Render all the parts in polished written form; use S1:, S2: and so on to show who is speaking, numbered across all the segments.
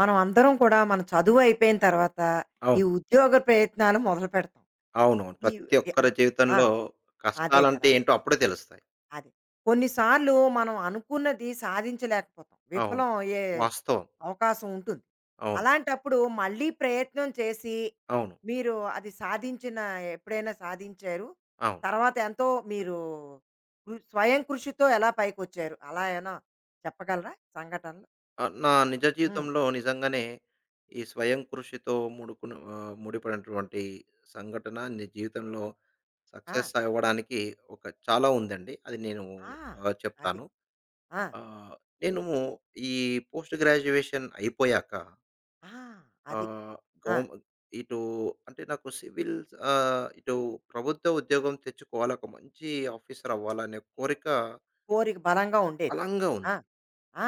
S1: మనం అందరం కూడా మన చదువు అయిపోయిన తర్వాత
S2: అవును.
S1: ఈ ఉద్యోగ ప్రయత్నాలు మొదలు పెడతాం.
S2: అవునవును.
S1: ఈ
S2: ప్రతి
S1: ఈ
S2: ఒక్కరి
S1: అన్ ఆ!
S2: జీవితంలో
S1: అదే
S2: కష్టాలంటే
S1: కదా!
S2: ఏంటో అప్పుడే తెలుస్తాయి.
S1: అదే. కొన్నిసార్లు మనం అనుకున్నది సాధించలేకపోతాం.
S2: అవును.
S1: విఫలం అయ్యే
S2: వాస్తవం.
S1: అవకాశం ఉంటుంది.
S2: అవును.
S1: అలాంటప్పుడు మళ్ళీ ప్రయత్నం చేసి
S2: అవును.
S1: మీరు అది సాధించిన ఎప్పుడైనా సాధించారు?
S2: అవును.
S1: తర్వాత ఎంతో మీరు కృ స్వయం కృషితో ఎలా పైకొచ్చారు? అలా ఏమైనా చెప్పగలరా సంఘటనలు?
S2: నా నిజ
S1: హ్మ్.
S2: జీవితంలో నిజంగానే ఈ స్వయం కృషితో ముడిపడినటువంటి సంఘటన నీ జీవితంలో
S1: ఆ!
S2: సక్సెస్ అవ్వడానికి ఒక చాలా ఉందండి. అది నేను
S1: ఆ! అది.
S2: చెప్తాను.
S1: ఆ!
S2: ఆహ్, నేను ఈ పోస్ట్ గ్రాడ్యుయేషన్ అయిపోయాక
S1: ఆ! అది.
S2: ఆహ్,
S1: ఆ!
S2: గౌమ్ ఇటు అంటే నాకు సివిల్ ఆహ్, ఇటు ప్రభుత్వ ఉద్యోగం తెచ్చుకోవాలి. ఒక మంచి ఆఫీసర్ అవ్వాలనే కోరిక
S1: కోరిక బలంగా ఉండేది.
S2: బలంగా ఉంది.
S1: ఆ! ఆ!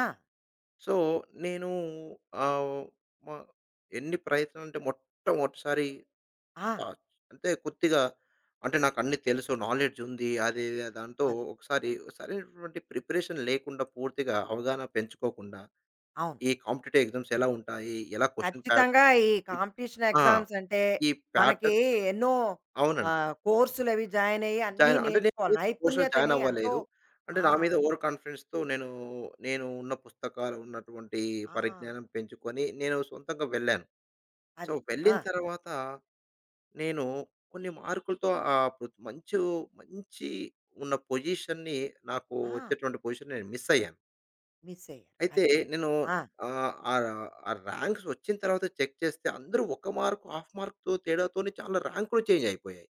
S2: సో, నేను ఆహ్, మ ఎన్ని ప్రయత్నం అంటే మొట్టమొదటిసారి
S1: ఆ!
S2: ఆహ్, అంటే కొద్దిగా అంటే నాకు అన్నీ తెలుసు. నాలెడ్జ్ ఉంది. అది ఇది దాంతో
S1: అది.
S2: ఒకసారి సరైనటువంటి ప్రిపరేషన్ లేకుండా పూర్తిగా అవగాహన పెంచుకోకుండా
S1: అవును.
S2: ఈ కాంపిటీటివ్ ఎగ్జామ్స్ ఎలా ఉంటాయి? ఎలా క్వెషన్ ప్యాప్
S1: ఖచ్చితంగా ఈ
S2: ఇప్
S1: కాంపిటీషన్
S2: ఆ!
S1: ఎగ్జామ్స్ అంటే
S2: ఈ
S1: మనకి
S2: ప్యాటర్న్
S1: ఎన్నో
S2: అవునండి.
S1: కోర్సులవి జాయిన్ అయ్యి అన్నీ
S2: జాయిన్ అంటే నేను
S1: నేర్చుకోవాలి.
S2: కోర్స్‌లో జాయిన్
S1: నైపుణ్యతని ఎంతో
S2: అవ్వలేదు. అంటే
S1: ఆ!
S2: నా మీద ఓవర్ కాన్ఫిడెన్స్‌తో నేను, నేను ఉన్న పుస్తకాలు ఉన్నటువంటి
S1: ఆ!
S2: పరిజ్ఞానం పెంచుకొని నేను సొంతంగా వెళ్ళాను. సో,
S1: అది. ఆ!
S2: వెళ్ళిన తర్వాత నేను కొన్ని మార్కులతో ఆహ్, పు మంచు మంచి ఉన్న నాకు
S1: ఆ!
S2: వచ్చేటువంటి పొజిషన్ నేను మిస్ అయ్యాను.
S1: మిస్ అయ్యారు.
S2: అయితే
S1: అది.
S2: నేను
S1: ఆ!
S2: ఆహ్, ఆహ్, ఆ ర్యాంక్స్ వచ్చిన తర్వాత చెక్ చేస్తే అందరూ 1 మార్క్, హాఫ్ మార్క్‌తో తేడాతోనే చాలా ర్యాంకులు చేంజ్ అయిపోయాయి.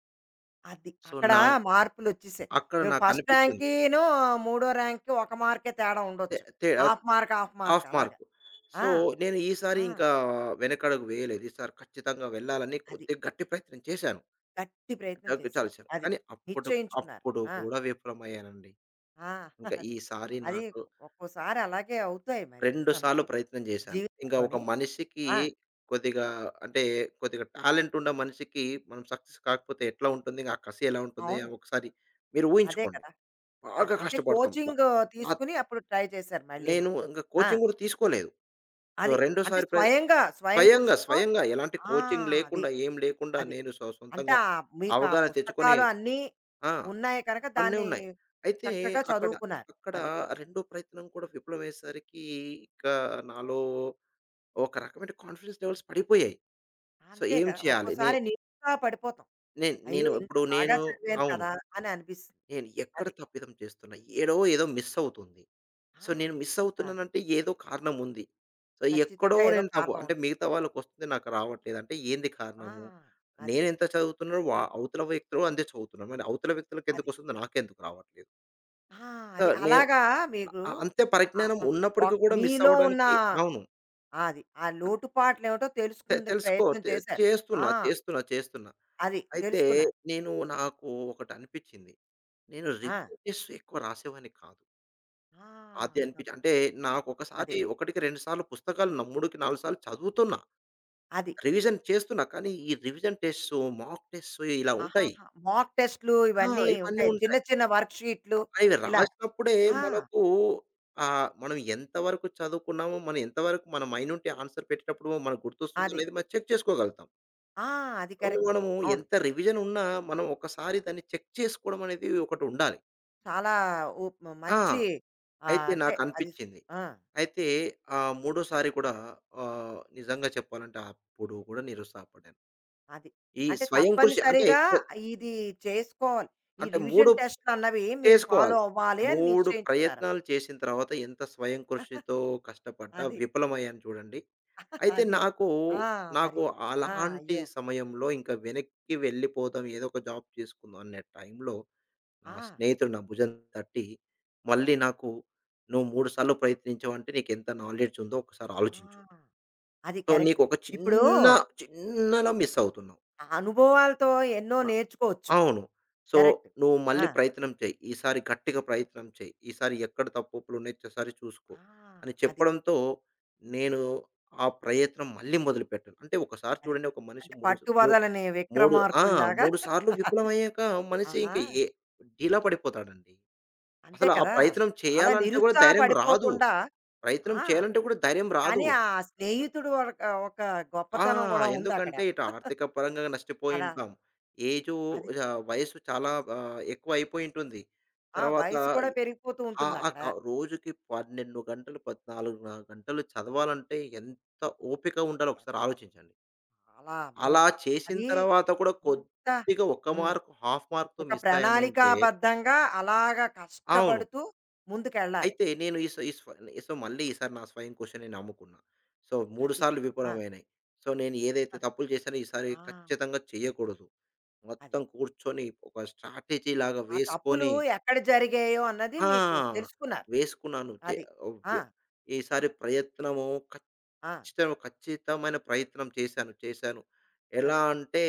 S1: అది.
S2: సో,
S1: అక్కడ
S2: నా
S1: మార్పులొచ్చేసాయి.
S2: అక్కడ
S1: ఇప్పుడు
S2: నాకు
S1: ఫస్ట్
S2: అనిపించింది.
S1: ర్యాంకీను, మూడో ర్యాంక్‌కి ఒక మార్కే తేడా
S2: తె
S1: ఉండొచ్చు.
S2: తే
S1: half mark, half mark
S2: half
S1: అలాగా.
S2: మార్క్.
S1: ఆ!
S2: సో, నేను ఈసారి
S1: ఆ!
S2: ఇంకా వెనకడుగు వేయలేదు. ఈసారి ఖచ్చితంగా వెళ్ళాలని
S1: అది.
S2: కొద్దిగా గట్టి ప్రయత్నం చేశాను.
S1: గట్టి ప్రయత్నం చేశారు.
S2: దగ్గుచాల్సాను.
S1: అది.
S2: కానీ అప్పుడు
S1: నిశ్చయించుకున్నారు.
S2: అప్పుడు
S1: ఆ!
S2: కూడా విఫలమయ్యానండి.
S1: ఆ!
S2: ఇంకా
S1: అదే.
S2: ఈసారి
S1: అది
S2: నాకు
S1: ఒక్కోసారి అలాగే అవుతాయి మరి
S2: 2 సార్లు
S1: మనకి
S2: ప్రయత్నం చేశాను. ఇంకా ఒక
S1: జీవితంలోని.
S2: మనిషికి
S1: ఆ!
S2: కొద్దిగా అంటే కొద్దిగా టాలెంట్ ఉన్న మనిషికి మనం సక్సెస్ కాకపోతే ఎట్లా ఉంటుంది? ఆ కసి ఎలా ఉంటుంది?
S1: అవును.
S2: ఒకసారి మీరు
S1: అదే
S2: ఊహించుకోండి.
S1: కదా! అది.
S2: బాగా
S1: అంటే
S2: కష్టపడతాం.
S1: కోచింగ్
S2: ఆహ్,
S1: తీసుకొని అప్పుడు ట్రై చేశారు మళ్ళీను.
S2: నేను ఇంకా
S1: ఆ!
S2: కోచింగ్ కూడా తీసుకోలేదు. సో,
S1: అది. అంటే
S2: రెండోసారి
S1: స్వయంగా, స్వయం
S2: స్వయంగా,
S1: కృషితో
S2: స్వయంగా ఎలాంటి
S1: ఆ!
S2: కోచింగ్
S1: అది.
S2: లేకుండా, ఏం లేకుండా
S1: అది.
S2: నేను
S1: అంటే
S2: సొంతంగా
S1: మీకా
S2: అవగాహన తెచ్చుకొని
S1: పుస్తకాలు అన్నీ
S2: ఆ!
S1: ఉన్నాయి కనుక
S2: అన్నీ
S1: దాన్ని
S2: ఉన్నాయి. అయితే
S1: చక్కగా
S2: అక్కడ,
S1: చదువుకున్నారు.
S2: అక్కడ
S1: అది.
S2: రెండో ప్రయత్నం కూడా విఫలమయ్యేసరికి ఇక నాలో ఒక రకమైన కాన్ఫిడెన్స్ లెవెల్స్ పడిపోయాయి. సో,
S1: అంతే
S2: ఏం
S1: కదా!
S2: చేయాలి? నే
S1: ఒక్కోసారి నిరుత్సాహ పడిపోతాం.
S2: నే
S1: అయ్యో!
S2: నేను
S1: ఇంత
S2: ఇప్పుడు
S1: బాగా
S2: నేను
S1: చదివాను
S2: అవును.
S1: కదా! అని అనిపిస్తుంది.
S2: నేను ఎక్కడ
S1: అది.
S2: తప్పిదం చేస్తున్నా? ఏదో మిస్ అవుతుంది.
S1: ఆ!
S2: సో, నేను మిస్
S1: ఆ!
S2: అవుతున్నానంటే ఏదో కారణం ఉంది. సో, ఎక్కడో
S1: ఖచ్చితంగా ఏదో
S2: నేను తప్పు
S1: కారణం
S2: అంటే
S1: ఉంది.
S2: మిగతా వాళ్ళకొస్తుంది నాకు రావట్లేదు. అంటే ఏంది
S1: ఆ!
S2: కారణము?
S1: అది.
S2: నేనెంత చదువుతున్నానో అవతల వ్యక్తులు అంతే చదువుతున్నారు. మరి అవతల
S1: అది.
S2: వ్యక్తులకెందుకొస్తుంది? నాకెందుకు రావట్లేదు?
S1: ఆ!
S2: సో,
S1: అది.
S2: నేను
S1: అలాగా మీకు
S2: అంతే
S1: ఆహ్,
S2: పరిజ్ఞానం
S1: ఆహ్,
S2: ఉన్నప్పటికి
S1: ఒక్
S2: కూడా మిస్
S1: మీలో ఉన్న
S2: అవ్వడానికి అవును.
S1: ఆ, అది. ఆ లోటుపాట్లేమిటో
S2: తె
S1: తెలుసుకుందుకు
S2: తెలుసుకో
S1: ప్రయత్నం
S2: తె
S1: చేశారు.
S2: చేస్తున్నా,
S1: ఆ!
S2: చేస్తున్నా, చేస్తున్నా.
S1: అది.
S2: అయితే
S1: తెలుసుకున్నారు.
S2: నాకు ఒకటనిపిచ్చింది. నేను
S1: ఆ!
S2: రివ్యూ టెస్ట్ ఎక్కువ రాసేవాడిని కాదు.
S1: ఆ!
S2: అది అనిపించి
S1: ఆహా!
S2: అంటే
S1: అది.
S2: నాకొకసారి 1కి 2 సార్లు పుస్తకాలు 3కి 4 సార్లు చదువుతున్నా.
S1: అది.
S2: రివిజన్ చేస్తున్నా. కానీ ఈ రివిజన్ టెస్ట్సు, మాక్ టెస్ట్సు ఇలా ఉంటాయి.
S1: ఆహాహా! మాక్ టెస్ట్‌లు
S2: ఆ!
S1: ఇవన్నీ
S2: ఇవన్నీ
S1: ఉంటాయి. చిన్న
S2: ఉంటాయి.
S1: చిన్న వర్క్ షీట్‌లు
S2: అవి
S1: ఇలాగ.
S2: రాసినప్పుడే
S1: ఆ!
S2: మనకు మనం ఎంత వరకు చదువుకున్నామో, మనం ఎంత వరకు మన మైండ్ నుండి ఆన్సర్ పెట్టేటప్పుడు మనకు గుర్తొస్తుందో
S1: అది.
S2: అనేది మనం చెక్ చేసుకోగలుగుతాం.
S1: ఆ! అది
S2: అవును.
S1: కరెక్ట్.
S2: మనము
S1: అవును.
S2: ఎంత రివిజన్ ఉన్నా మనం ఒకసారి దాన్ని చెక్ చేసుకోవడం అనేది ఒకటుండాలి.
S1: చాలా ఉప్
S2: ఆ!
S1: మంచి
S2: అయితే
S1: అంటే అది
S2: నాకనిపిచ్చింది.
S1: ఆ!
S2: అయితే ఆ మూడోసారి కూడా నిజంగా చెప్పాలంటే అప్పుడు కూడా నిరుత్సాహపడ్డాను.
S1: అది.
S2: ఈ
S1: అంటే
S2: స్వయం కృషి అంటే
S1: తప్పనిసరిగా
S2: ఎక్కువ
S1: ఇది చేసుకోవాలి. ఈ
S2: అంటే 3
S1: రివిజన్ టెస్ట్‌లన్నవి మీరు ఫాలో
S2: చేసుకోవాలి.
S1: అవ్వాలి అని
S2: 3
S1: నిశ్చయించుకున్నారు.
S2: ప్రయత్నాలు చేసిన తర్వాత ఎంత స్వయం కృషితో కష్టపడ్డా
S1: అది.
S2: విఫలమయ్యాను చూడండి. అయితే
S1: అది. ఆ! మరి.
S2: నాకు
S1: ఆ!
S2: అలాంటి
S1: అయ్యో!
S2: సమయంలో ఇంకా వెనక్కి వెళ్ళిపోదాం ఏదో ఒక జాబ్ చేసుకుందాం అనే టైంలో నా
S1: ఆ!
S2: స్నేహితుడు నా భుజం తట్టి, మళ్ళీ నాకు, "నువ్వు 3 సార్లు ప్రయత్నించావు అంటే నీకెంత నాలెడ్జ్ ఉందో ఒకసారి ఆలోచించు.
S1: ఆ! అది
S2: సో,
S1: కరెక్ట్.
S2: నీకు ఒక
S1: ఇప్పుడు
S2: చిన్నలా మిస్ అవుతున్నావు."
S1: ఆ అనుభవాలతో ఎన్నో
S2: అ
S1: నేర్చుకోవచ్చు.
S2: అవును. So,
S1: correct.
S2: "నువ్వు
S1: ఆ!
S2: మళ్ళీ ప్రయత్నం చెయి. ఈసారి గట్టిగా ప్రయత్నం చెయి. ఈసారి ఎక్కడ తప్పులున్నాయి ఒక్కసారి చూసుకో"
S1: ఆ!
S2: అని
S1: అది.
S2: చెప్పడంతో నేను ఆ ప్రయత్నం మళ్ళీ మొదలుపెట్టాను. అంటే ఒకసారి
S1: అది.
S2: చూడండి, ఒక మనిషి
S1: అంటే
S2: మూడు సా మూ
S1: పట్టువదలని
S2: మూడు ఆ!
S1: 'విక్రమార్కుడులాగా'
S2: 3 సార్లు విఫలమయ్యాక మనిషి ఇంక
S1: ఆహా!
S2: ఏ డీలా పడిపోతాడండి.
S1: అంతే
S2: అసలు ఆ
S1: కదా!
S2: ప్రయత్నం
S1: చాలా
S2: చేయాలంటే కూడా ధైర్యం రాదు.
S1: నిరుత్సాహపడిపోకుండా
S2: ప్రయత్నం
S1: ఆ!
S2: చేయాలంటే కూడా ధైర్యం రాదు.
S1: కానీ ఆ స్నేహితుడు ఒక ఒక
S2: ఆ!
S1: గొప్పతనం గూడా ఉందక్కడ.
S2: ఎందుకంటే ఇటు ఆర్థిక పరంగా నష్టపోయి
S1: అలా
S2: ఉంటాం. ఏజు
S1: అది.
S2: వయసు చాలా ఎక్కువైపోయి ఉంటుంది.
S1: ఆ!
S2: తర్వాత
S1: వయసు కూడా పెరిగిపోతూ
S2: ఆ ఆ
S1: ఉంటుందక్కడ.
S2: క రోజుకి 12 గంటలు, 14 గంటలు చదవాలంటే ఎంత ఓపిక ఉండాలో ఒకసారి ఆలోచించండి.
S1: చాలా అమ్మో!
S2: అలా చేసిన
S1: అది
S2: తర్వాత కూడా
S1: ఇంత
S2: కొద్దిగా ఒక్క
S1: హ్మ్.
S2: మార్క్, హాఫ్ మార్క్‌తో
S1: ఒక
S2: మిస్ అయ్యామంటే
S1: ప్రణాళికాబద్ధంగా అలాగా
S2: అవును.
S1: కష్టపడుతూ ముందుకెళ్ళాలి.
S2: అయితే నేను ఈ సో ఈ స్వ ఈ సో, మళ్ళీ ఈసారి నా స్వయం కృషిని నమ్ముకున్నా. సో, 3
S1: అది.
S2: సార్లు
S1: ఆ!
S2: విఫలమైనాయి. సో, నేను ఏదైతే తప్పులు చేశానో ఈసారి
S1: ఆ!
S2: ఖచ్చితంగా చేయకూడదు.
S1: అది.
S2: మొత్తం కూర్చొని ఒక స్ట్రాటజీ
S1: ఆ
S2: లాగా
S1: ఆ తప్పులు
S2: వేసుకొని
S1: ఎక్కడ జరిగాయో అన్నది మీకు
S2: ఆ!
S1: తెలుసుకున్నారు.
S2: వేసుకున్నాను. చే
S1: అది. ఆ!
S2: వ్య ఈసారి ప్రయత్నము
S1: ఆ!
S2: ఖచ్చితం ఖచ్చితమైన ప్రయత్నం చేశాను. చేశాను. ఎలా
S1: అది.
S2: అంటే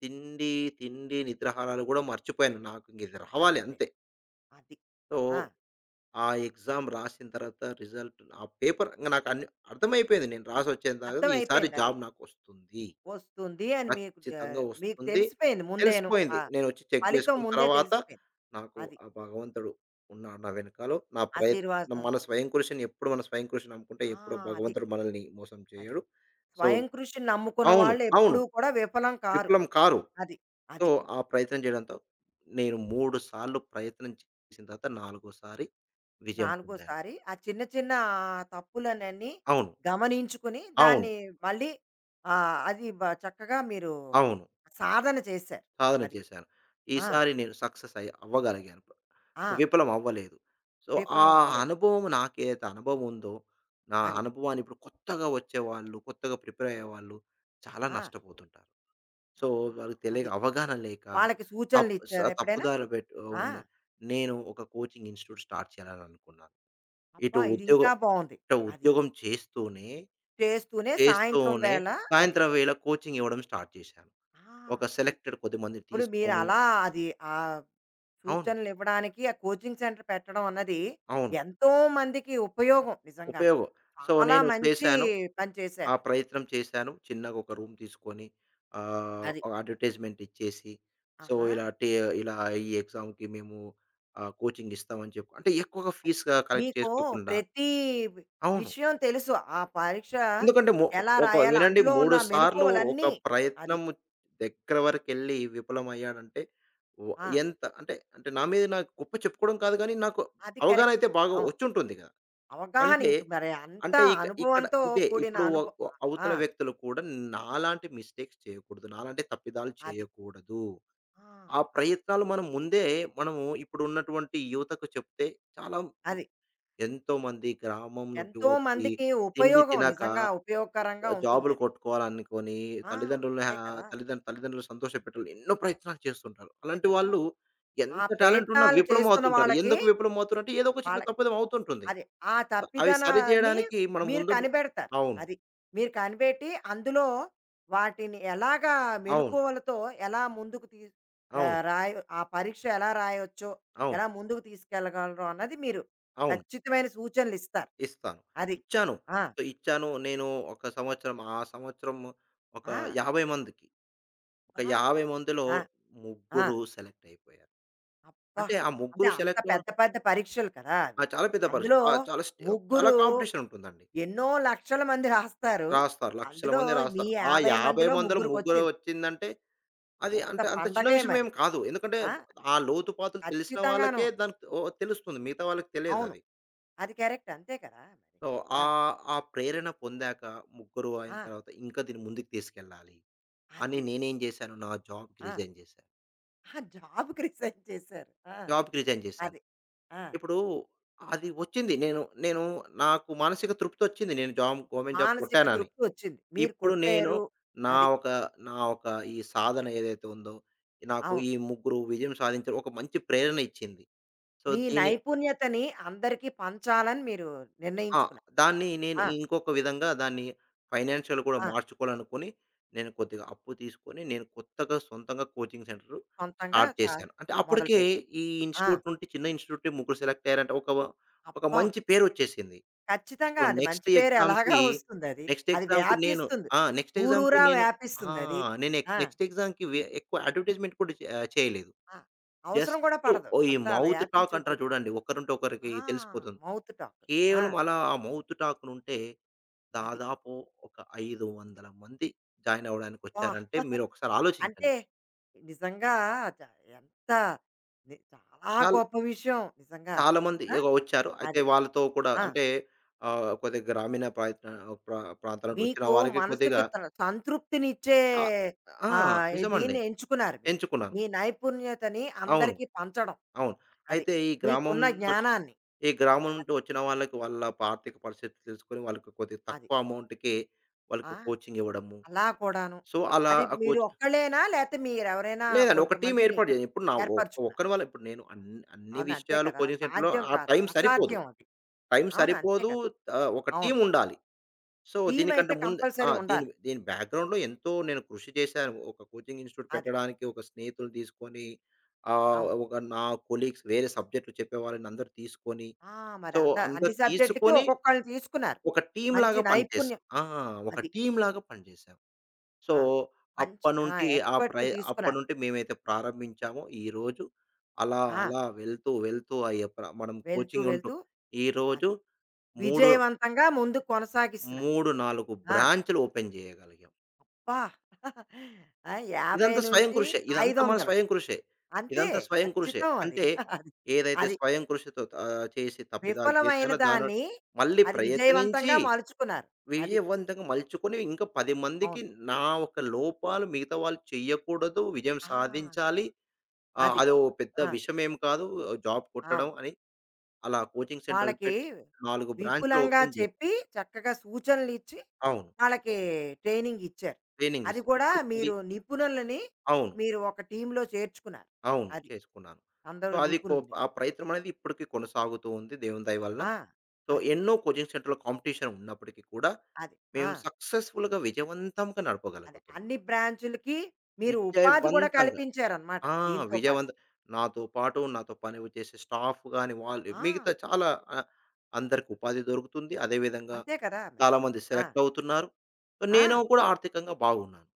S2: తిండి, తిండి, నిద్రాహారాలు గూడా మర్చిపోయాను. నాకు ఇంక ఇది రావాలి అంతే.
S1: మర్చిపోయారు. అది.
S2: సో,
S1: ఆ!
S2: ఆ ఎగ్జామ్ రాసిన తర్వాత రిజల్ట్ ఆ పేపర్ ఇంగ నాకు అన్ని అర్థమైపోయేది. నేను రాసొచ్చేదాకా ఈసారి
S1: అర్థమైపోయింది అది.
S2: జాబ్ నాకొస్తుంది.
S1: వస్తుంది అని మీకు
S2: ఖచ్చితంగా
S1: మీకు
S2: వస్తుంది.
S1: తెలిసిపోయింది ముందేను.
S2: తెలిసిపోయింది.
S1: ఆ!
S2: నేనొచ్చి చెక్
S1: ఫలితం
S2: జేసుకున్న
S1: ముందే
S2: తర్వాత
S1: తెలిసిపోయింది.
S2: నాకు
S1: అది.
S2: ఆ భగవంతుడు ఉన్నాడు నా వెనకాల. నా ప్రయత్నం మన
S1: ఆశీర్వాదంతో
S2: స్వయం కృషిని ఎప్పుడు మన స్వయం కృషి నమ్ముకుంటే
S1: ఆ!
S2: ఎప్పుడు
S1: అది.
S2: భగవంతుడు మనల్ని మోసం
S1: అది.
S2: చేయడు. సో,
S1: స్వయం కృషిని నమ్ముకున్న
S2: అవును.
S1: వాళ్ళు
S2: అవును.
S1: ఎప్పుడూ కూడా విఫలం కారు.
S2: విఫలం కారు.
S1: అది.
S2: సో,
S1: అది.
S2: ఆ ప్రయత్నం చేయడంతో నేను 3 సార్లు ప్రయత్నం చేసిన తర్వాత నాలుగోసారి విజయం పొందాను.
S1: నాలుగోసారి ఆ చిన్న చిన్న తప్పులనన్నీ
S2: అవును.
S1: గమనించుకుని
S2: అవును.
S1: దాన్ని మళ్ళీ అది బ చక్కగా మీరు
S2: అవును.
S1: సాధన చేశారు.
S2: సాధన
S1: అది.
S2: చేశాను.
S1: ఆ!
S2: ఈసారి నేను సక్సెస్ అవ్వగలిగాను.
S1: ఆ!
S2: విఫలం
S1: అది.
S2: అవ్వలేదు. సో, ఆ
S1: విఫలం అవ్వలేదు.
S2: అనుభవం నాకేదైతే అనుభవం ఉందో, నా
S1: అది.
S2: అనుభవాన్ని ఇప్పుడు కొత్తగా వచ్చేవాళ్ళు, కొత్తగా ప్రిపేర్ అయ్యేవాళ్ళు చాలా
S1: ఆ!
S2: నష్టపోతుంటారు. సో,
S1: ఆహాహా!
S2: వాళ్ళకి తెలియక
S1: అది.
S2: అవగాహన లేక
S1: వాళ్ళకి సూచనలిచ్చారా ఎప్పుడైనా?
S2: తప్పుదారి పెట్టు
S1: ఆ!
S2: ఉండే నేను ఒక కోచింగ్ ఇన్‌స్టిట్యూట్ స్టార్ట్ చేయాలని అనుకున్నాను. ఇటు
S1: అబ్బా! ఇది
S2: ఉద్యోగం
S1: ఇంకా బావుంది.
S2: ఇటు
S1: అది.
S2: ఉద్యోగం చేస్తూనే,
S1: చేస్తూనే సాయంత్రం
S2: చేస్తూనే
S1: వేళ అది.
S2: సాయంత్రం వేళ కోచింగ్ ఇవ్వడం స్టార్ట్ చేశాను.
S1: ఆ!
S2: ఒక
S1: అది.
S2: సెలెక్టెడ్ కొద్దిమందిని
S1: ఇప్పుడు
S2: తీసుకొని
S1: మీరలా అది ఆహ్,
S2: అవును.
S1: సూచనలివ్వడానికి ఆ కోచింగ్ సెంటర్ పెట్టడం అన్నది
S2: అవును.
S1: ఎంతో మందికి ఉపయోగం నిజంగాను.
S2: ఉపయోగం. సో,
S1: చాలా
S2: నేను
S1: మంచి
S2: చేశాను.
S1: పని
S2: ఆ
S1: చేశారది. అది.
S2: ప్రయత్నం చేశాను. చిన్నగా ఒక రూమ్ తీసుకొని ఆహ్,
S1: అది
S2: అడ్వర్టైజ్‌మెంట్ ఇచ్చేసి, సో,
S1: ఆహా!
S2: ఇలా ఈ ఎగ్జామ్‌కి మేము కోచింగ్ ఇస్తామని చెప్పి అంటే ఎక్కువగా
S1: అది.
S2: ఫీస్ కలెక్ట్
S1: మీకు
S2: చేసుకోకుండా
S1: ప్రతి వి
S2: అవును.
S1: విషయం తెలుసు. ఆ పరీక్ష
S2: ఎందుకంటే
S1: ఎలా
S2: ఒక
S1: రాయాలో
S2: వినండి,
S1: అందులో ఉన్న
S2: 3 సార్లు ఒక
S1: మెలకువలన్నీ అది.
S2: ప్రయత్నం దగ్గర వరకెళ్ళి విఫలమయ్యానంటే వ
S1: ఆ!
S2: ఎంత అంటే నా మీద నాకు గొప్ప చెప్పుకోవడం కాదు గానీ నాకు
S1: అది
S2: అవగాహన
S1: కరెక్ట్.
S2: అయితే బాగా
S1: అవును.
S2: వచ్చుంటుంది కదా!
S1: అవగాహన
S2: అంటే,
S1: ఇంక మరి అంత
S2: అంటే ఇక ఇక్కడ
S1: అనుభవంతో
S2: ఇదే
S1: కూడిన
S2: ఇప్పుడు ఒ
S1: అనుభవ
S2: ఒ
S1: ఆ!
S2: అవతల వ్యక్తులు కూడా నాలాంటి మిస్టేక్స్ చేయకూడదు. నాలాంటి తప్పిదాలు
S1: అది.
S2: చేయకూడదు.
S1: ఆ!
S2: ఆ
S1: అది.
S2: ప్రయత్నాలు మనం ముందే మనము ఇప్పుడు ఉన్నటువంటి యువతకు చెప్తే చాలా
S1: అది.
S2: ఎంతోమంది గ్రామం నుండి
S1: ఎంతో
S2: వచ్చి
S1: మందికి
S2: తిండి
S1: ఉపయోగం
S2: తినక
S1: నిజంగా ఉపయోగకరంగా
S2: జాబులు
S1: ఉంటుందది.
S2: కొట్టుకోవాలనుకోని
S1: ఆ!
S2: తల్లిదండ్రులని హ్యా
S1: అంతే కదా!
S2: తల్లిదండ్రు తల్లిదండ్రులు సంతోషపెట్టాలని ఎన్నో ప్రయత్నాలు చేస్తుంటారు.
S1: అంతే
S2: అలాంటి
S1: కదా!
S2: వాళ్ళు
S1: ఆ
S2: ఎంత టాలెంట్ ఉన్నా
S1: ప్రయత్నాలు
S2: విఫలం
S1: చేస్తున్న
S2: అవుతుంటారు.
S1: వాళ్ళకి
S2: ఎందుకు విఫలం అవుతున్నారు అంటే ఏదో ఒక చిన్న
S1: వాళ్ళ
S2: తప్పిదం అవుతుంటుంది.
S1: అది. ఆ
S2: సో, అవి సరి
S1: తప్పిదనాన్ని
S2: జేయడానికి మనం
S1: మీరు
S2: ముందుండి
S1: కనిపెడతారు.
S2: అవును.
S1: అది. మీరు కనిపెట్టి అందులో వాటిని ఎలాగా
S2: అవును.
S1: మెలుకువలతో ఎలా ముందుకు తీ
S2: అవును.
S1: రాయొ ఆ పరీక్ష ఎలా రాయొచ్చో,
S2: అవును.
S1: ఎలా ముందుకు తీసుకెళ్ళగలరో అన్నది మీరు
S2: అవును.
S1: ఖచ్చితమైన సూచనలిస్తారు.
S2: ఇస్తాను.
S1: అది.
S2: ఇచ్చాను.
S1: ఆ!
S2: సో, ఇచ్చాను. నేను ఒక సంవత్సరం ఆ సంవత్సరం ఒక
S1: ఆ!
S2: 50 మందికి, ఒక
S1: అబ్బా!
S2: 50 మందిలో
S1: ఆ! ఆ!
S2: ముగ్గురు సెలెక్ట్ అయిపోయారు.
S1: అబ్బా!
S2: అంటే ఆ
S1: అంటే
S2: ముగ్గురు
S1: అంత
S2: సెలెక్ట్ అవ్వడం
S1: పెద్ద పెద్ద పరీక్షలు కదా!
S2: ఆ!
S1: అవి.
S2: చాలా పెద్ద పరిస్థితి.
S1: అందులో
S2: ఆ! చాలా
S1: ముగ్గురు
S2: కాంపిటీషన్ ఉంటుందండి.
S1: ఎన్నో లక్షల మంది రాస్తారు.
S2: రాస్తారు. లక్షల
S1: అందులో
S2: మంది
S1: మీ
S2: రాస్తారు. ఆ
S1: 50
S2: 50
S1: మందిలో
S2: మందిలో ముగ్గురు
S1: ముగ్గురికొచ్చింది.
S2: వచ్చిందంటే అది
S1: ఎంత
S2: అంటే అంత చిన్న
S1: పండగే
S2: విషయం ఏం
S1: మరి.
S2: కాదు. ఎందుకంటే
S1: ఆ!
S2: ఆ లోతుపాతులు తెలిసిన
S1: ఖచ్చితంగాను.
S2: వాళ్ళకే దానికి ఓ తెలుస్తుంది. మిగతా వాళ్ళకి
S1: అవును.
S2: తెలియదది.
S1: అది కరెక్ట్. అంతే కదా! మరి.
S2: సో,
S1: ఆ!
S2: ఆ ఆ ప్రేరణ పొందాక ముగ్గురు అయిన
S1: ఆ!
S2: తర్వాత ఇంకా దీన్ని ముందుకు తీసుకెళ్ళాలి అని
S1: అది.
S2: నేనేం చేశాను. నా జాబ్‌కి
S1: ఆ!
S2: రిజైన్ చేశాను.
S1: ఆ! జాబ్‌కి రిజైన్ చేశారు. ఆ!
S2: జాబ్‌కి రిజైన్ చేశాను.
S1: అది. ఆ!
S2: ఇప్పుడు అది వచ్చింది. నేను నేను నాకు మానసిక తృప్తొచ్చింది. నేను జాబ్ గవర్నమెంట్ జాబ్
S1: మానసిక
S2: కొట్టానని.
S1: తృప్తి వచ్చింది. మీరు
S2: ఇప్పుడు నేను
S1: కొట్టారు.
S2: నా
S1: అది.
S2: ఒక నా ఒక ఈ సాధన ఏదైతే ఉందో నాకు
S1: అవును.
S2: ఈ ముగ్గురు విజయం సాధించారు. ఒక మంచి ప్రేరణ ఇచ్చింది. సో,
S1: మీ
S2: దీని
S1: నైపుణ్యతని అందరికీ పంచాలని మీరు
S2: ఆ!
S1: నిర్ణయించుకున్నారు.
S2: దాన్ని నేను
S1: ఆ!
S2: ఇంకొక విధంగా దాన్ని ఫైనాన్షియల్ కూడా
S1: ఆ!
S2: మార్చుకోవాలనుకుని, నేను కొద్దిగా అప్పు తీసుకొని, నేను కొత్తగా సొంతంగా కోచింగ్ సెంటర్
S1: సొంతంగా
S2: స్టార్ట్
S1: స
S2: చేశాను. అంటే అప్పటికే
S1: మొదలుపెట్టారు.
S2: ఈ
S1: ఆ!
S2: ఇన్‌స్టిట్యూట్ నుండి చిన్న ఇన్‌స్టిట్యూట్ ముగ్గురు సెలెక్ట్ అయ్యారంటే ఒక ఒక
S1: అబ్బా!
S2: మంచి పేరు వచ్చేసింది. సో,
S1: ఖచ్చితంగా అది మంచి పేరు ఎలాగా వస్తుందది. అది
S2: నెక్స్ట్
S1: అది
S2: ఎగ్జామ్‌కి నేను
S1: వ్యాపిస్తుంది.
S2: ఆ! నెక్స్ట్ ఎగ్జామ్‌కి
S1: ఊరూరా
S2: నేను ఆ!
S1: వ్యాపిస్తుందది.
S2: నేను
S1: ఆ!
S2: నెక్స్ట్ ఎగ్జామ్‌కి ఎక్కువ అడ్వర్టైజ్మెంట్ కూడా చేయలేదు.
S1: ఆ! అవసరం కూడా
S2: జస్ట్
S1: పడదు.
S2: ఓ ఈ
S1: అంతా
S2: మౌత్ టాక్
S1: వ్యాపించి
S2: అంటారు
S1: ఉంటుంది.
S2: చూడండి. ఒకరంటే ఒకరికి
S1: ఆ!
S2: తెలిసిపోతుంది.
S1: Mouth talk. ఆ!
S2: కేవలం అలా ఆ మౌత్ టాక్‌నుంటే
S1: అది.
S2: దాదాపు ఒక 500 మంది జాయిన్ అవ్వడానికి వచ్చారంటే
S1: అబ్బా!
S2: మీరు ఒకసారి ఆలోచించండి.
S1: అంటే నిజంగా చ ఎంత ని చాలా
S2: చాలా
S1: గొప్ప విషయం నిజంగా.
S2: చాలా మంది
S1: ఆ!
S2: ఇగో వచ్చారు. అయితే
S1: అది.
S2: వాళ్ళతో కూడా
S1: ఆ!
S2: అంటే కొద్దిగా గ్రామీణ ప్రాంతాల నుండి వచ్చిన
S1: మీకు
S2: వారికి కొద్దిగా
S1: మనసుకు త సంతృప్తినిచ్చే
S2: ఆ! ఆ! నిజమండి.
S1: దీన్ని ఎంచుకున్నారు మీరు.
S2: ఎంచుకున్నాను.
S1: మీ నైపుణ్యతని
S2: అవును.
S1: అందరికీ పంచడం.
S2: అవును.
S1: అది.
S2: అయితే ఈ గ్రామం
S1: మీకున్న
S2: నుంచి వచ్చి-
S1: జ్ఞానాన్ని.
S2: ఈ గ్రామం నుండి
S1: అది.
S2: వచ్చిన వాళ్ళకి వాళ్ళ ఆర్థిక పరిస్థితి తెలుసుకొని వాళ్ళకి కొద్దిగా
S1: అది.
S2: తక్కువ అమౌంట్‌కే వాళ్ళకి
S1: ఆ!
S2: కోచింగ్ ఇవ్వడము.
S1: అలా కూడాను.
S2: సో, అలా
S1: అది
S2: ఆ
S1: మీరు
S2: కోచింగ్
S1: ఒక్కళ్ళేనా? లేతే మీరెవరైనా
S2: లేదండి. ఒక టీమ్
S1: కొంతమందిని
S2: ఏర్పాటు చేయాలి. ఇప్పుడు నా ఒక్
S1: ఏర్పరచుకున్నారు.
S2: ఒక్కని వల్ల ఇప్పుడు నేను అన్ని అన్ని
S1: అవును. అంతే
S2: విషయాలు
S1: కదా!
S2: కోచింగ్ సెంటర్‌లో
S1: సాధ్యం
S2: ఆ
S1: కాదు.
S2: టైం సరిపోదు.
S1: అసాధ్యం అది.
S2: టైం
S1: అవును. అంతే
S2: సరిపోదు.
S1: కదా!
S2: ఒక
S1: అవును.
S2: టీమ్ ఉండాలి. సో, దీనికంటే
S1: టీమయితే
S2: ముందు ఆ!
S1: కంపల్సరీ
S2: దీని
S1: ఉండాలి.
S2: దీని బ్యాక్‌గ్రౌండ్‌లో ఎంతో నేను కృషి చేశాను. ఒక కోచింగ్ ఇన్‌స్టిట్యూట్
S1: అది.
S2: పెట్టడానికి ఒక స్నేహితుల్ని తీసుకొని
S1: అవును.
S2: ఒక నా కొలీగ్స్ వేరే సబ్జెక్ట్‌లు చెప్పేవాళ్ళని అందరూ తీసుకొని,
S1: ఆ! మరి
S2: సో,
S1: అంద అన్ని
S2: అందరూ
S1: సబ్జెక్ట్‌లకి
S2: తీసుకొని
S1: ఒక్కొక్కళ్ళని తీసుకున్నారు.
S2: ఒక
S1: మంచి
S2: టీమ్‌లాగా పనిచేసాం.
S1: నైపుణ్యం
S2: ఆ! ఒక
S1: అది.
S2: టీమ్‌లాగా పనిచేసాం. సో,
S1: ఆ! మంచి ఆ!
S2: అప్పటినుండి ఆ ప్రయ
S1: ఎక్స్‌పర్ట్‌ని తీసుకున్నారు.
S2: అప్పటినుండి మేమైతే ప్రారంభించామో ఈరోజు అలా,
S1: ఆ!
S2: అలా వెళ్తూ, వెళ్తూ అయ్యే ప్ర మనం
S1: వెళ్తూ,
S2: కోచింగ్ ఉంటూ
S1: వెళ్తూ
S2: ఈరోజు
S1: అది.
S2: 3,
S1: విజయవంతంగా ముందుకు కొనసాగిస్తున్నారు.
S2: 3, 4
S1: ఆ!
S2: బ్రాంచ్‌లు ఓపెన్ చేయగలిగాం.
S1: అబ్బా! ఆ!
S2: ఇదంతా స్వయం కృషే. ఇదంతా మన
S1: 50-500
S2: స్వయం కృషే.
S1: అంతే.
S2: ఇదంతా స్వయం కృషే.
S1: ఖచ్చితం అది.
S2: అంటే
S1: అది.
S2: ఏదైతే
S1: అది
S2: స్వయం కృషితో చేసి తప్పిదాలు
S1: విఫలమైన
S2: చేశానో దాని
S1: దాన్ని
S2: మళ్ళీ
S1: అది
S2: ప్రయత్నించి
S1: విజయవంతంగా మలుచుకున్నారు. అది.
S2: విజయవంతంగా మలుచుకొని ఇంకా 10 మందికి
S1: అవును.
S2: నా ఒక లోపాలు మిగతా వాళ్ళు చెయ్యకూడదు, విజయం
S1: ఆ!
S2: సాధించాలి. ఆ!
S1: అది.
S2: అదో పెద్ద
S1: ఆ!
S2: విషయమేం కాదు. జాబ్ కొట్టడం
S1: అవును.
S2: అని అలా కోచింగ్ సెంటర్‌లు
S1: వాళ్ళకి
S2: పెట్టి 4 బ్రాంచ్‌లు
S1: విపులంగా
S2: ఓపెన్ చేశాం.
S1: చెప్పి, చక్కగా సూచనలిచ్చి,
S2: అవును.
S1: వాళ్ళకి ట్రైనింగ్ ఇచ్చారు.
S2: ట్రైనింగ్
S1: అది
S2: ఇస్తూ
S1: కూడా
S2: ఇప్పుడు అది
S1: మీరు నిపుణులని
S2: అవును.
S1: మీరు ఒక టీమ్‌లో చేర్చుకున్నారు.
S2: అవును.
S1: అది.
S2: చేసుకున్నాను. సో,
S1: అందరూ
S2: అది కొ
S1: నిపుణుల్ని.
S2: ఆ ప్రయత్నం అనేది ఇప్పటికి కొనసాగుతూ ఉంది దేవుని దయ వల్ల.
S1: ఆ!
S2: సో,
S1: అది.
S2: ఎన్నో కోచింగ్ సెంటర్‌లో కాంపిటీషన్ ఉన్నప్పటికీ కూడా
S1: అది. ఆ!
S2: మేము సక్సెస్‌ఫుల్‌గా విజయవంతంగా
S1: అది.
S2: నడపగలుగుతున్నాం.
S1: అన్ని బ్రాంచులకి మీరు ఉపాధి కూడా
S2: విజయవంతంగా.
S1: కల్పించారనమాట
S2: ఆ!
S1: దీంతో పాటు.
S2: విజయవంత నాతో పాటు నాతో పని చేసే స్టాఫ్ గాని వాళ్ళు
S1: ఆ!
S2: మిగతా చాలా ఆహ్, అందరికి ఉపాధి దొరుకుతుంది. అదేవిధంగా
S1: అంతే కదా మరి.
S2: చాలామంది
S1: ఆ!
S2: సెలెక్ట్ అవుతున్నారు. సో, నేను
S1: ఆ!
S2: కూడా ఆర్థికంగా బాగున్నాను.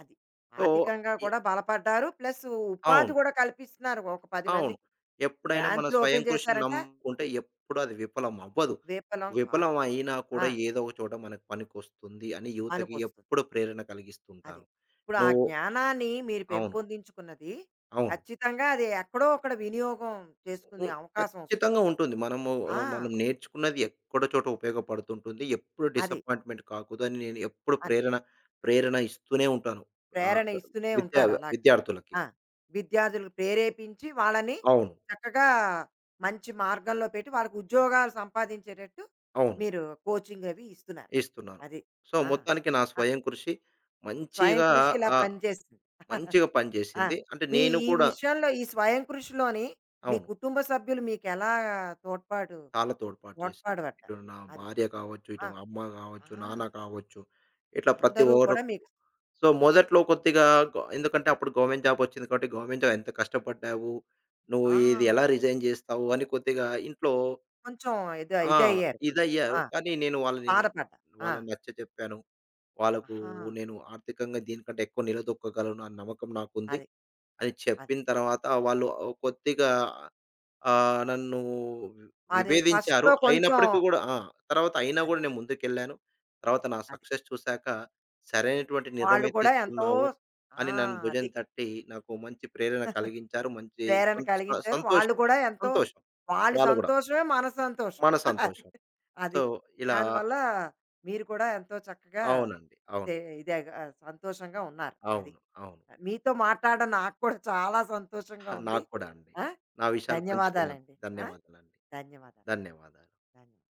S1: అది.
S2: సో,
S1: ఆర్థికంగా
S2: ఎ
S1: కూడా బలపడ్డారు. ప్లస్ ఉపాధి
S2: అవును.
S1: కూడా కల్పిస్తున్నారు ఒక 10
S2: అవును.
S1: మందికి.
S2: ఎప్పుడైనా మన
S1: బ్రాంచ్‌లు
S2: స్వయం
S1: ఓపెన్
S2: కృషిని
S1: చేశారంటే
S2: నమ్ముకుంటే ఎప్పుడు అది విఫలం అవ్వదు.
S1: విఫలం కాదు.
S2: విఫలం అయినా
S1: ఆ!
S2: కూడా ఏదో ఒక చోట మనకు పనికొస్తుంది అని యువతకి
S1: పనికొస్తుంది.
S2: ఎప్పుడు ప్రేరణ
S1: అది.
S2: కలిగిస్తుంటాను.
S1: ఇప్పుడు ఆ
S2: నువ్వు
S1: జ్ఞానాన్ని మీరు
S2: అవును.
S1: పెంపొందించుకున్నది
S2: అవును.
S1: ఖచ్చితంగా అది ఎక్కడో అక్కడ వినియోగం చేసుకునే
S2: హ్మ్.
S1: అవకాశం వస్తుంది.
S2: ఖచ్చితంగా ఉంటుంది. మనము
S1: ఆ!
S2: మనం నేర్చుకున్నది ఎక్కడో చోట ఉపయోగపడుతుంటుంది. ఎప్పుడు
S1: అది.
S2: డిసప్పాయింట్‌మెంట్ కాకూడదని నేను ఎప్పుడు
S1: అని.
S2: ప్రేరణ ఇస్తూనే ఉంటాను. ఆహ్,
S1: ప్రేరణ ఇస్తూనే
S2: విద్యా
S1: ఉంటారు అలాగా.
S2: విద్యార్థులకి.
S1: ఆ! విద్యార్థులను ప్రేరేపించి వాళ్ళని
S2: అవును.
S1: చక్కగా మంచి మార్గంలో పెట్టి వాళ్ళకి ఉద్యోగాలు సంపాదించేటట్టు
S2: అవును.
S1: మీరు కోచింగ్ అవి ఇస్తున్నారు.
S2: ఇస్తున్నాను.
S1: అది.
S2: సో,
S1: ఆ!
S2: మొత్తానికి నా
S1: ఆ!
S2: స్వయం కృషి
S1: స్వయం
S2: మంచిగా
S1: కృషి ఇలా
S2: ఆహ్,
S1: పనిచేస్తుంది.
S2: మంచిగా
S1: ఆ!
S2: పనిచేసింది. అంటే
S1: మీ
S2: నేను
S1: ఈ
S2: కూడా
S1: విషయంలో ఈ స్వయం కృషిలోని మీ
S2: అవును.
S1: కుటుంబ సభ్యులు మీకెలా తోడ్పాటు
S2: చాలా తోడ్పాటు చేశారు.
S1: తోడ్పాటు పడ్డారు?
S2: ఇటు నా
S1: అది.
S2: భార్య కావచ్చు, ఇటు
S1: ఆ!
S2: అమ్మ కావచ్చు,
S1: ఆహా!
S2: నాన్న కావచ్చు, ఇట్లా ప్రతి
S1: అందరూ
S2: ఒక్కరు.
S1: కూడా మీకు
S2: సో, మొదట్లో కొద్దిగా ఎందుకంటే అప్పుడు గవర్నమెంట్ జాబ్ వచ్చింది కాబట్టి, గవర్నమెంట్ జాబ్ ఎంత కష్టపడ్డావు, నువ్వు
S1: ఆ!
S2: ఇది ఎలా రిజైన్ చేస్తావు అని కొద్దిగా ఇంట్లో
S1: కొంచెం ఇది
S2: ఆ!
S1: ఇదయ్యారు కొంచెం.
S2: ఇదయ్యారు.
S1: ఆ!
S2: కానీ నేను వాళ్ళని
S1: బాధపడ్డారు. ఆ!
S2: వాళ్ళని నచ్చచెప్పాను. వాళ్ళకు
S1: ఆహా!
S2: నేను ఆర్థికంగా దీనికంటే ఎక్కువ నిలదొక్కగలను అన్న నమ్మకం నాకుంది
S1: అది.
S2: అని
S1: అది.
S2: చెప్పిన తర్వాత వాళ్ళు కొద్దిగా నన్ను
S1: అది
S2: విభేదించారు.
S1: ఫస్ట్‌లో కొంచెం
S2: అయినప్పటికీ గూడా ఆ! తర్వాత అయినా
S1: అది.
S2: గూడా నేను ముందుకెళ్ళాను. తర్వాత నా
S1: అది.
S2: సక్సెస్ చూసాక సరైనటువంటి
S1: వాళ్ళు
S2: నిర్ణయమే
S1: కూడా ఎంతో
S2: తీసుకున్నావు
S1: ఆ!
S2: అని నన్ను భుజం
S1: అది.
S2: తట్టి నాకు మంచి ప్రేరణ కలిగించారు. మంచి
S1: ప్రేరణ
S2: సంత్ స
S1: కలిగించారు. వాళ్ళు
S2: సంతోషం,
S1: కూడా ఎంతో
S2: సంతోషం.
S1: వాళ్ళు
S2: వాళ్ళు గూడా
S1: సంతోషమే మన సంతోషం.
S2: మన
S1: అది.
S2: సంతోషం. సో,
S1: అది.
S2: ఇలా
S1: దానివల్ల మీరు కూడా ఎంతో చక్కగా
S2: అవునండి. అవును.
S1: తే ఇదేగా సంతోషంగా ఉన్నారు. అది.
S2: అవును. అవును.
S1: మీతో మాట్లాడడం నాకు కూడా చాలా సంతోషంగా ఉంది.
S2: నాకు కూడా అండి.
S1: ఆ!
S2: నా విషయాలు పంచుకున్నందుకు
S1: ధన్యవాదాలండి. ఆ!
S2: ధన్యవాదాలండి.
S1: ధన్యవాదాలండి.
S2: ధన్యవాదాలు.
S1: ధన్యవాదాలు.